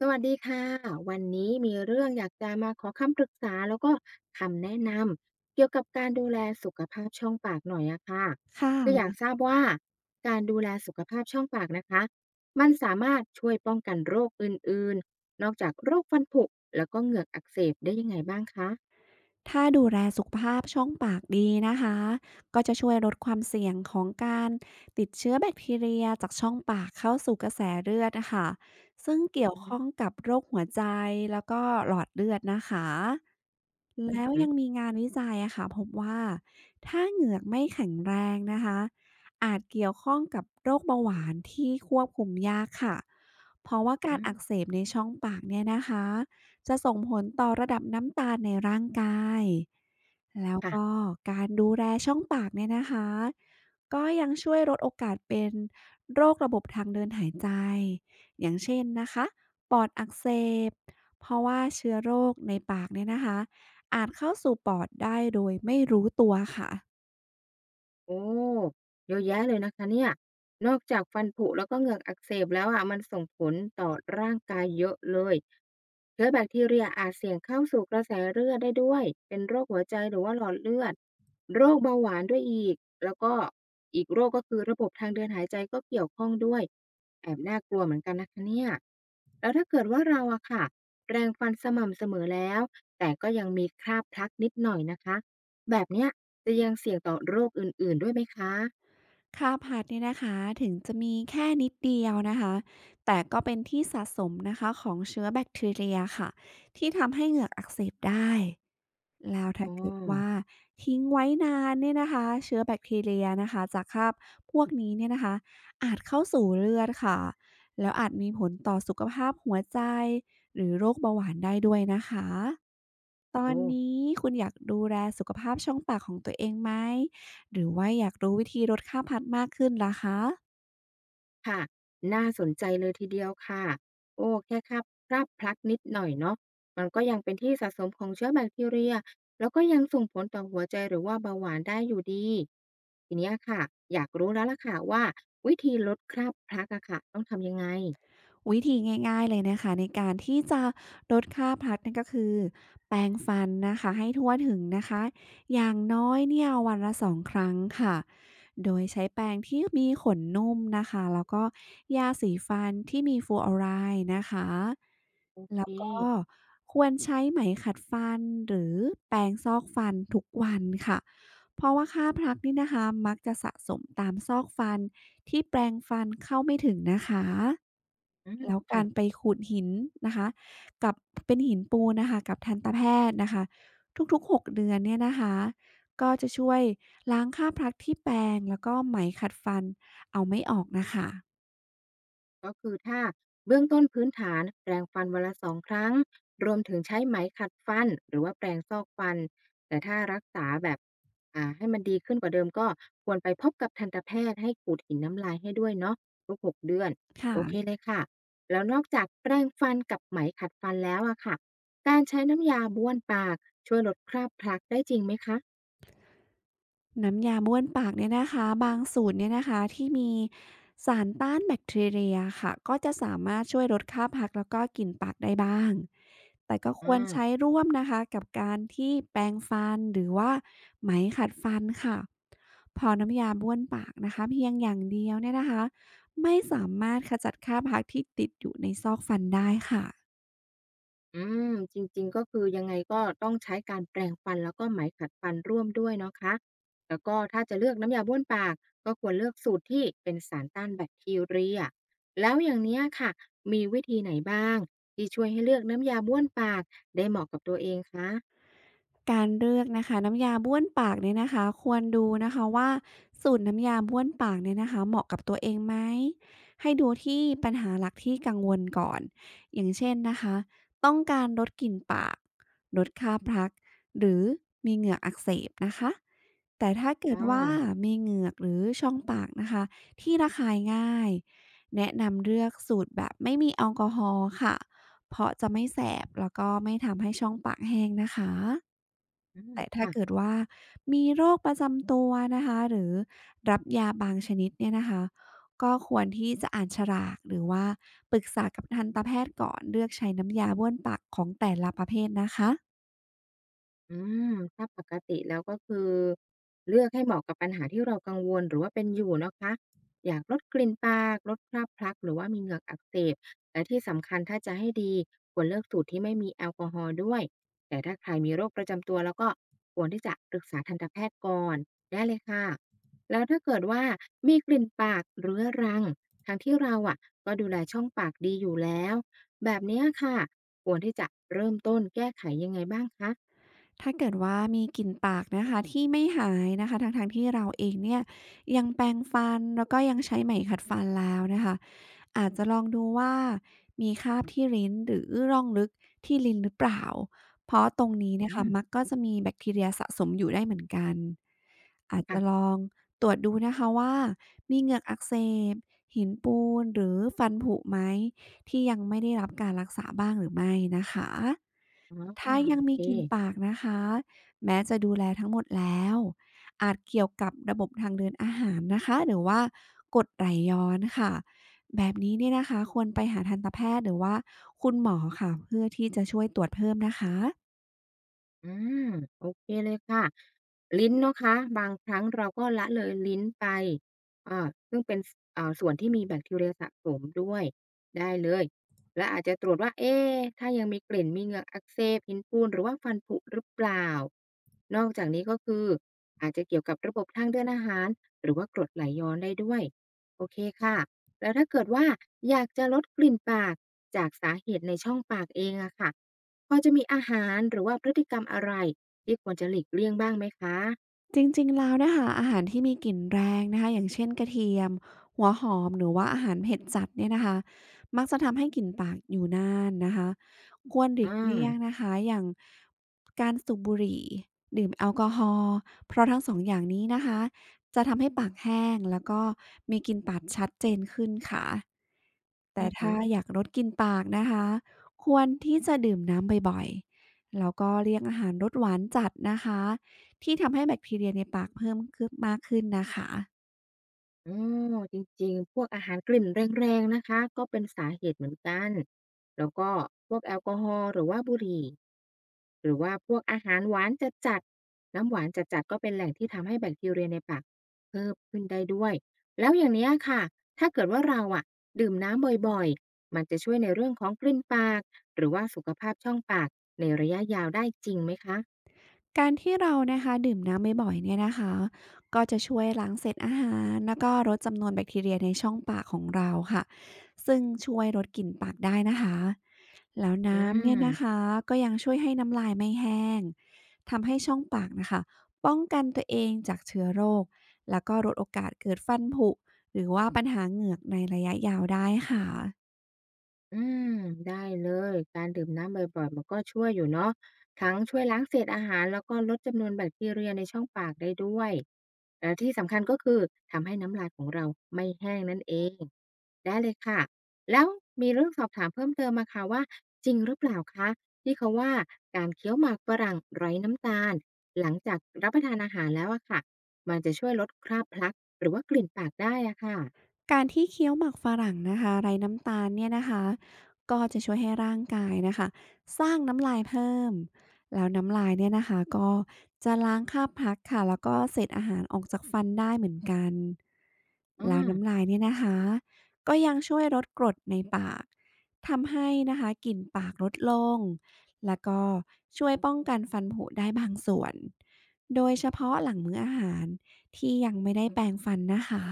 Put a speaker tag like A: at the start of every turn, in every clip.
A: สวัสดีค่ะวันนี้มีเรื่องอยากจะมาขอคำปรึกษาแล้วก็คำแนะนำเกี่ยวกับการดูแลสุขภาพช่องปากหน่อยอะค่ะ
B: ค่ะ
A: คืออยากทราบว่าการดูแลสุขภาพช่องปากนะคะมันสามารถช่วยป้องกันโรคอื่นๆนอกจากโรคฟันผุแล้วก็เหงือกอักเสบได้ยังไงบ้างคะ
B: ถ้าดูแลสุขภาพช่องปากดีนะคะก็จะช่วยลดความเสี่ยงของการติดเชื้อแบคทีเรียจากช่องปากเข้าสู่กระแสเลือดนะคะซึ่งเกี่ยว
A: อื
B: ข้
A: ม
B: องกับโรคหัวใจแล้วก็หลอดเลือดนะคะ
A: อม
B: แล้ว
A: อืม
B: ยังมีงานวิจัยอะค่ะพบว่าถ้าเหงือกไม่แข็งแรงนะคะอาจเกี่ยวข้องกับโรคเบาหวานที่ควบคุมยากค่ะเพราะว่ากา
A: อื
B: รอักเส
A: ม
B: บในช่องปากเนี่ยนะคะ จะส่งผลต่อระดับน้ำตาลในร่างกาย แล้วก็
A: ค่ะ
B: การดูแลช่องปากเนี่ยนะคะ ก็ยังช่วยลดโอกาสเป็นโรคระบบทางเดินหายใจ อย่างเช่นนะคะปอดอักเสบเพราะว่าเชื้อโรคในปากเนี่ยนะคะอาจเข้าสู่ปอดได้โดยไม่รู้ตัวค่ะ
A: โอ้เยอะแยะเลยนะคะเนี่ยนอกจากฟันผุแล้วก็เหงือกอักเสบแล้วอะมันส่งผลต่อร่างกายเยอะเลยเชื้อแบคทีเรียอาจเสี่ยงเข้าสู่กระแสเลือดได้ด้วยเป็นโรคหัวใจหรือว่าหลอดเลือดโรคเบาหวานด้วยอีกแล้วก็อีกโรคก็คือระบบทางเดินหายใจก็เกี่ยวข้องด้วยแอบน่ากลัวเหมือนกันนะคะเนี่ยแล้วถ้าเกิดว่าเราอะค่ะแปรงฟันสม่ำเสมอแล้วแต่ก็ยังมีคราบพลักนิดหน่อยนะคะ แบบเนี้ยจะยังเสี่ยงต่อโรคอื่นๆ ด้วยไหมคะ
B: ค่าพัดเนี่ยนะคะถึงจะมีแค่นิดเดียวนะคะแต่ก็เป็นที่สะสมนะคะของเชื้อแบคทีเรียค่ะที่ทำให้เหงือกอักเสบได้แล้วถ้า
A: อ๋อ
B: เกิดว่าทิ้งไว้นานเนี่ยนะคะเชื้อแบคทีเรียนะคะจากคราบพวกนี้เนี่ยนะคะอาจเข้าสู่เลือดค่ะแล้วอาจมีผลต่อสุขภาพหัวใจหรือโรคเบาหวานได้ด้วยนะคะตอน
A: โอ้
B: นี้คุณอยากดูแลสุขภาพช่องปากของตัวเองไหม หรือว่าอยากรู้วิธีลดค่าพัดมากขึ้นล่ะคะ
A: ค่ะ น่าสนใจเลยทีเดียวค่ะโอ้แค่คาบคลาบพลักนิดหน่อยเนาะมันก็ยังเป็นที่สะสมของเชื้อแบคทีเรียแล้วก็ยังส่งผลต่อหัวใจหรือว่าเบาหวานได้อยู่ดีทีเนี้ยค่ะอยากรู้แล้วล่ะค่ะว่าวิธีลดคราบพลักอะค่ะต้องทำยังไง
B: วิธีง่ายๆเลยนะคะในการที่จะลดค่าพลัสนั่นก็คือแปรงฟันนะคะให้ทั่วถึงนะคะอย่างน้อยเนี่ยวันละสองครั้งค่ะโดยใช้แปรงที่มีขนนุ่มนะคะแล้วก็ยาสีฟันที่มีฟลูออไรด์นะคะ
A: โอเค
B: แล้วก็ควรใช้ไหมขัดฟันหรือแปรงซอกฟันทุกวันค่ะเพราะว่าค่าพลัสนี่นะคะมักจะสะสมตามซอกฟันที่แปรงฟันเข้าไม่ถึงนะคะ
A: อา
B: แล้วกา
A: ค่ะ
B: รไปขูดหินนะคะกับเป็นหินปูนนะคะกับทันตแพทย์นะคะทุกๆ6เดือนเนี่ยนะคะก็จะช่วยล้างคราบพลักที่แปรงแล้วก็ไหมขัดฟันเอาไม่ออกน่ะค่ะ
A: ก็คือถ้าเบื้องต้นพื้นฐานแปรงฟันวันละ2ครั้งรวมถึงใช้ไหมขัดฟันหรือว่าแปรงซอกฟันแต่ถ้ารักษาแบบให้มันดีขึ้นกว่าเดิมก็ควรไปพบกับทันตแพทย์ให้ขูดหินน้ำลายให้ด้วยเนาะทุก6เดือน
B: ค่ะ
A: โอเคเลยค่ะแล้วนอกจากแปรงฟันกับไหมขัดฟันแล้วอะค่ะการใช้น้ำยาบ้วนปากช่วยลดคราบพลักได้จริงไหมคะ
B: น้ำยาบ้วนปากเนี่ยนะคะบางสูตรเนี่ยนะคะที่มีสารต้านแบคทีเรียค่ะก็จะสามารถช่วยลดค่าพักแล้วก็กลิ่นปากได้บ้างแต่ก็ควร
A: อา
B: ใช้ร่วมนะคะกับการที่แปรงฟันหรือว่าไหมขัดฟันค่ะพอน้ำยาบ้วนปากนะคะเพียงอย่างเดียวเนี่ยนะคะไม่สามารถขจัดค่าพักที่ติดอยู่ในซอกฟันได้ค่ะ
A: อืมจริงๆก็คือยังไงก็ต้องใช้การแปรงฟันแล้วก็ไหมขัดฟันร่วมด้วยเนาะคะแล้วก็ถ้าจะเลือกน้ำยาบ้วนปากก็ควรเลือกสูตรที่เป็นสารต้านแบคทีเรีย แล้วอย่างเนี้ยค่ะมีวิธีไหนบ้างที่ช่วยให้เลือกน้ำยาบ้วนปากได้เหมาะกับตัวเองคะ
B: การเลือกนะคะน้ำยาบ้วนปากเนี่ยนะคะควรดูนะคะว่าสูตรน้ำยาบ้วนปากเนี่ยนะคะเหมาะกับตัวเองไหมให้ดูที่ปัญหาหลักที่กังวลก่อนอย่างเช่นนะคะต้องการลดกลิ่นปากลดค่าพลักหรือมีเหงือกอักเสบนะคะแต่ถ้าเกิ
A: อ้
B: ดว่า
A: อ
B: มีเหงือกหรือช่องปากนะคะที่ระคายง่ายแนะนำเลือกสูตรแบบไม่มีแอลกอฮอล์ค่ะเพราะจะไม่แสบแล้วก็ไม่ทำให้ช่องปากแห้งนะคะ
A: อืม
B: แต่ถ้าเกิ
A: ค่ะ
B: ดว่ามีโรคประจำตัวนะคะหรือรับยาบางชนิดเนี่ยนะคะก็ควรที่จะอ่านฉลากหรือว่าปรึกษากับทันตแพทย์ก่อนเลือกใช้น้ำยาบ้วนปากของแต่ละประเภทนะคะ
A: อืมถ้าปกติแล้วก็คือเลือกให้เหมาะกับปัญหาที่เรากังวลหรือว่าเป็นอยู่นะคะอยากลดกลิ่นปากลดคราบพลักหรือว่ามีเหงือกอักเสบและที่สำคัญถ้าจะให้ดีควรเลือกสูตรที่ไม่มีแอลกอฮอล์ด้วยแต่ถ้าใครมีโรคประจำตัวแล้วก็ควรที่จะปรึกษาทันตแพทย์ก่อนได้เลยค่ะแล้วถ้าเกิดว่ามีกลิ่นปากเรื้อรังทั้งที่เราอะก็ดูแลช่องปากดีอยู่แล้วแบบเนี้ยค่ะควรที่จะเริ่มต้นแก้ไขยังไงบ้างคะ
B: ถ้าเกิดว่ามีกลิ่นปากนะคะที่ไม่หายนะคะทั้งๆที่เราเองเนี่ยยังแปรงฟันแล้วก็ยังใช้ไหมขัดฟันแล้วนะคะอาจจะลองดูว่ามีคราบที่ลิ้นหรือร่องลึกที่ลิ้นหรือเปล่าเพราะตรงนี้
A: อื
B: เนะคะ
A: ม
B: มักก็จะมีแบคทีเรียสะสมอยู่ได้เหมือนกันอาจจะล
A: ค่ะ
B: องตรวจดูนะคะว่ามีเหงือกอักเสบหินปูนหรือฟันผุไหมที่ยังไม่ได้รับการรักษาบ้างหรือไม่นะคะ
A: อ๋อ
B: ถ้ายั
A: โอ
B: งมี
A: เค
B: กลิ่นปากนะคะแม้จะดูแลทั้งหมดแล้วอาจเกี่ยวกับระบบทางเดินอาหารนะคะหรือว่ากรดไหลย้อนค่ะแบบนี้เนี่ยนะคะควรไปหาทันตแพทย์หรือว่าคุณหมอค่ะเพื่อที่จะช่วยตรวจเพิ่มนะคะ
A: อืมโอเคเลยค่ะลิ้นเนาะคะบางครั้งเราก็ละเลยลิ้นไปซึ่งเป็นสส่วนที่มีแบคทีเรียสะสมด้วยได้เลยและอาจจะตรวจว่าเอ๊ถ้ายังมีกลิ่นมีเหงือกอักเสบหินปูนหรือว่าฟันผุหรือเปล่านอกจากนี้ก็คืออาจจะเกี่ยวกับระบบทางเดินอาหารหรือว่ากรดไหลย้อนได้ด้วยโอเคค่ะแล้วถ้าเกิดว่าอยากจะลดกลิ่นปากจากสาเหตุในช่องปากเองอะค่ะ พอจะมีอาหารหรือว่าพฤติกรรมอะไรที่ควรจะหลีกเลี่ยงบ้างไหมคะ
B: จริงๆ แล้วนะคะอาหารที่มีกลิ่นแรงนะคะอย่างเช่นกระเทียมหัวหอมหรือว่าอาหารเผ็ดจัดเนี่ยนะคะมักจะทำให้กลิ่นปากอยู่นานนะคะควรหลีกเลี่ยง
A: อา
B: นะคะอย่างการสูบบุหรี่ดื่มแอลกอฮอล์เพราะทั้งสองอย่างนี้นะคะจะทำให้ปากแห้งแล้วก็มีกลิ่นปากชัดเจนขึ้นค่ะแต่
A: อือฮึ
B: ถ้าอยากลดกลิ่นปากนะคะควรที่จะดื่มน้ำบ่อยๆแล้วก็เลี่ยงอาหารรสหวานจัดนะคะ ที่ทำให้แบคทีเรียในปากเพิ่มขึ้นมากขึ้นนะคะ
A: อ๋อจริงๆ พวกอาหารกลิ่นแรงๆนะคะก็เป็นสาเหตุเหมือนกันแล้วก็พวกแอลกอฮอล์หรือว่าบุหรี่หรือว่าพวกอาหารหวานจัดๆน้ำหวานจัดๆก็เป็นแหล่งที่ทำให้แบคทีเรียในปากเพิ่มขึ้นได้ด้วยแล้วอย่างเนี้ยค่ะ ถ้าเกิดว่าเราอะดื่มน้ำบ่อยๆ มันจะช่วยในเรื่องของกลิ่นปากหรือว่าสุขภาพช่องปากในระยะยาวได้จริงไหมคะ
B: การที่เรานะคะดื่มน้ำบ่อยๆเนี่ยนะคะก็จะช่วยล้างเศษอาหารแล้วก็ลดจำนวนแบคทีเรียในช่องปากของเราค่ะซึ่งช่วยลดกลิ่นปากได้นะคะแล้ว
A: อื
B: น้ำเนี่ยนะคะ
A: ม
B: ก็ยังช่วยให้น้ำลายไม่แห้งทำให้ช่องปากนะคะป้องกันตัวเองจากเชื้อโรคแล้วก็ลดโอกาสเกิดฟันผุหรือว่าปัญหาเหงือกในระยะยาวได้ค่ะ
A: อืมได้เลยการดื่มน้ำบ่อยๆมันก็ช่วยอยู่เนาะทั้งช่วยล้างเศษอาหารแล้วก็ลดจำนวนแบคทีเรียในช่องปากได้ด้วยและที่สำคัญก็คือทำให้น้ำลายของเราไม่แห้งนั่นเองได้เลยค่ะแล้วมีเรื่องสอบถามเพิ่มเติมมาค่ะว่าจริงหรือเปล่าคะที่เขาว่าการเคี้ยวหมากฝรั่งไร้น้ำตาลหลังจากรับประทานอาหารแล้วอะค่ะมันจะช่วยลดคราบพลักหรือว่ากลิ่นปากได้อะค่ะ
B: การที่เคี้ยวหมากฝรั่งนะคะไร้น้ำตาลเนี่ยนะคะก็จะช่วยให้ร่างกายนะคะสร้างน้ำลายเพิ่มแล้วน้ำลายเนี่ยนะคะก็จะล้างคราบพลักค่ะแล้วก็เศษอาหารออกจากฟันได้เหมือนกัน
A: อา
B: แล้วน้ำลายเนี่ยนะคะก็ยังช่วยลดกรดในปากทำให้นะคะกลิ่นปากลดลงแล้วก็ช่วยป้องกันฟันผุได้บางส่วนโดยเฉพาะหลังมื้ออาหารที่ยังไม่ได้แปรงฟันนะคะ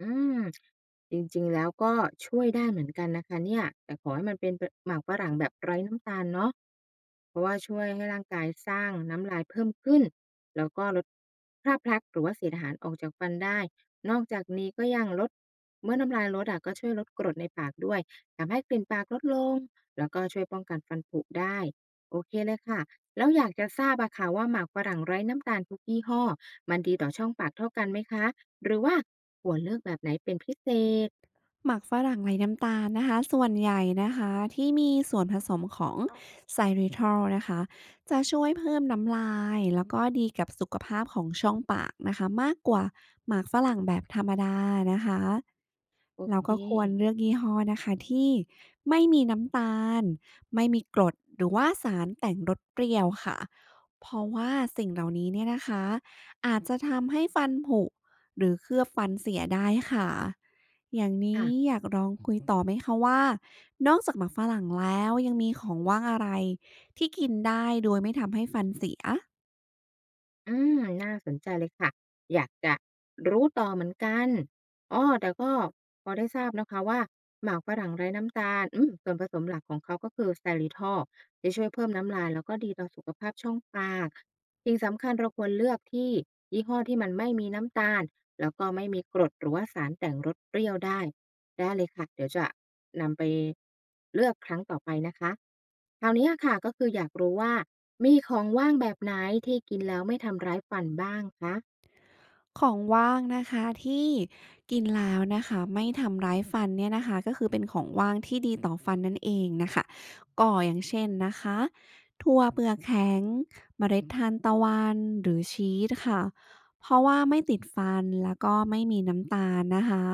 A: อืมจริงๆ แล้วก็ช่วยได้เหมือนกันนะคะเนี่ยแต่ขอให้มันเป็นหมากฝรั่งแบบไร้น้ำตาลเนาะเพราะว่าช่วยให้ร่างกายสร้างน้ำลายเพิ่มขึ้นแล้วก็ลดคราบพลักหรือว่าเศษอาหารออกจากฟันได้นอกจากนี้ก็ยังลดเมื่อน้ำลายลดอะก็ช่วยลดกรดในปากด้วยทำให้กลิ่นปากลดลงแล้วก็ช่วยป้องกันฟันผุได้โอเคเลยค่ะแล้วอยากจะทราบอะค่ะว่าหมากฝรั่งไร้น้ำตาลทุกยี่ห้อมันดีต่อช่องปากเท่ากันไหมคะ หรือว่าควรเลือกแบบไหนเป็นพิเศษ
B: หมักฝรั่งไร้น้ำตาลนะคะส่วนใหญ่นะคะที่มีส่วนผสมของXylitol นะคะจะช่วยเพิ่มน้ำลายแล้วก็ดีกับสุขภาพของช่องปากนะคะมากกว่าหมากฝรั่งแบบธรรมดานะคะ
A: โอ
B: เรา
A: เค
B: ก็ควรเลือกยี่ห้อนะคะที่ไม่มีน้ำตาลไม่มีกรดหรือว่าสารแต่งรสเปรี้ยวค่ะเพราะว่าสิ่งเหล่านี้เนี่ยนะคะอาจจะทำให้ฟันผุหรือเคลือบฟันเสียได้ค่ะอย่าง
A: ค่ะ
B: นี้อยากลองคุยต่อไหมคะว่านอกจากหมากฝรั่งแล้วยังมีของว่างอะไรที่กินได้โดยไม่ทำให้ฟันเสีย
A: อืมน่าสนใจเลยค่ะอยากจะรู้ต่อเหมือนกันอ้อแต่ก็พอได้ทราบนะคะว่าหมากฝรั่งไร้น้ำตาลส่วนผสมหลักของเขาก็คือ Xylitol จะช่วยเพิ่มน้ำลายแล้วก็ดีต่อสุขภาพช่องปากสิ่งสำคัญเราควรเลือกที่ยี่ห้อที่มันไม่มีน้ำตาล แล้วก็ไม่มีกรดหรือว่าสารแต่งรสเปรี้ยวได้ได้เลยค่ะเดี๋ยวจะนำไปเลือกครั้งต่อไปนะคะคราวนี้อะค่ะก็คืออยากรู้ว่ามีของว่างแบบไหนที่กินแล้วไม่ทำร้ายฟันบ้างคะ
B: ของว่างนะคะที่กินแล้วนะคะไม่ทำร้ายฟันเนี่ยนะคะก็คือเป็นของว่างที่ดีต่อฟันนั่นเองนะคะก็อย่างเช่นนะคะถั่วเปลือกแข็งเมล็ดทานตะวันหรือชีสค่ะเพราะว่าไม่ติดฟันแล้วก็ไม่มีน้ำตาลนะคะ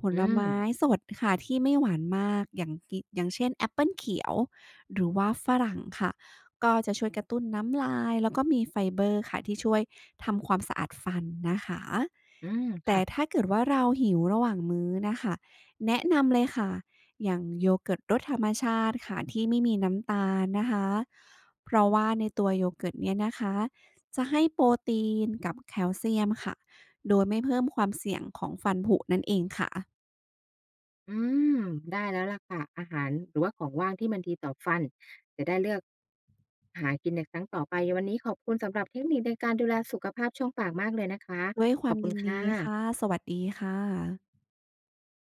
B: ผ
A: อื
B: ล
A: ม
B: ไม้สดค่ะที่ไม่หวานมากอย่างเช่นแอปเปิลเขียวหรือว่าฝรั่งค่ะ ก็จะช่วยกระตุ้นน้ำลายแล้วก็มีไฟเบอร์ค่ะที่ช่วยทำความสะอาดฟันนะคะ
A: อืม
B: แต่
A: ค่ะ
B: ถ้าเกิดว่าเราหิวระหว่างมื้อนะคะแนะนำเลยค่ะอย่างโยเกิร์ตรสธรรมชาติค่ะที่ไม่มีน้ำตาลนะคะเพราะว่าในตัวโยเกิร์ตเนี่ยนะคะจะให้โปรตีนกับแคลเซียมค่ะโดยไม่เพิ่มความเสี่ยงของฟันผุนั่นเองค่ะ
A: อืมได้แล้วล่ะค่ะอาหารหรือว่าของว่างที่มันดีต่อฟันจะได้เลือกหากินในครั้งต่อไปวันนี้ขอบคุณสำหรับเทคนิคในการดูแลสุขภาพช่องปากมากเลยนะคะ
B: ด้วยค
A: ข
B: วา
A: อบ
B: ม
A: คุณ
B: ยิน
A: ค่
B: ดีค่ะ
A: ะ
B: สวัสดีค่ะ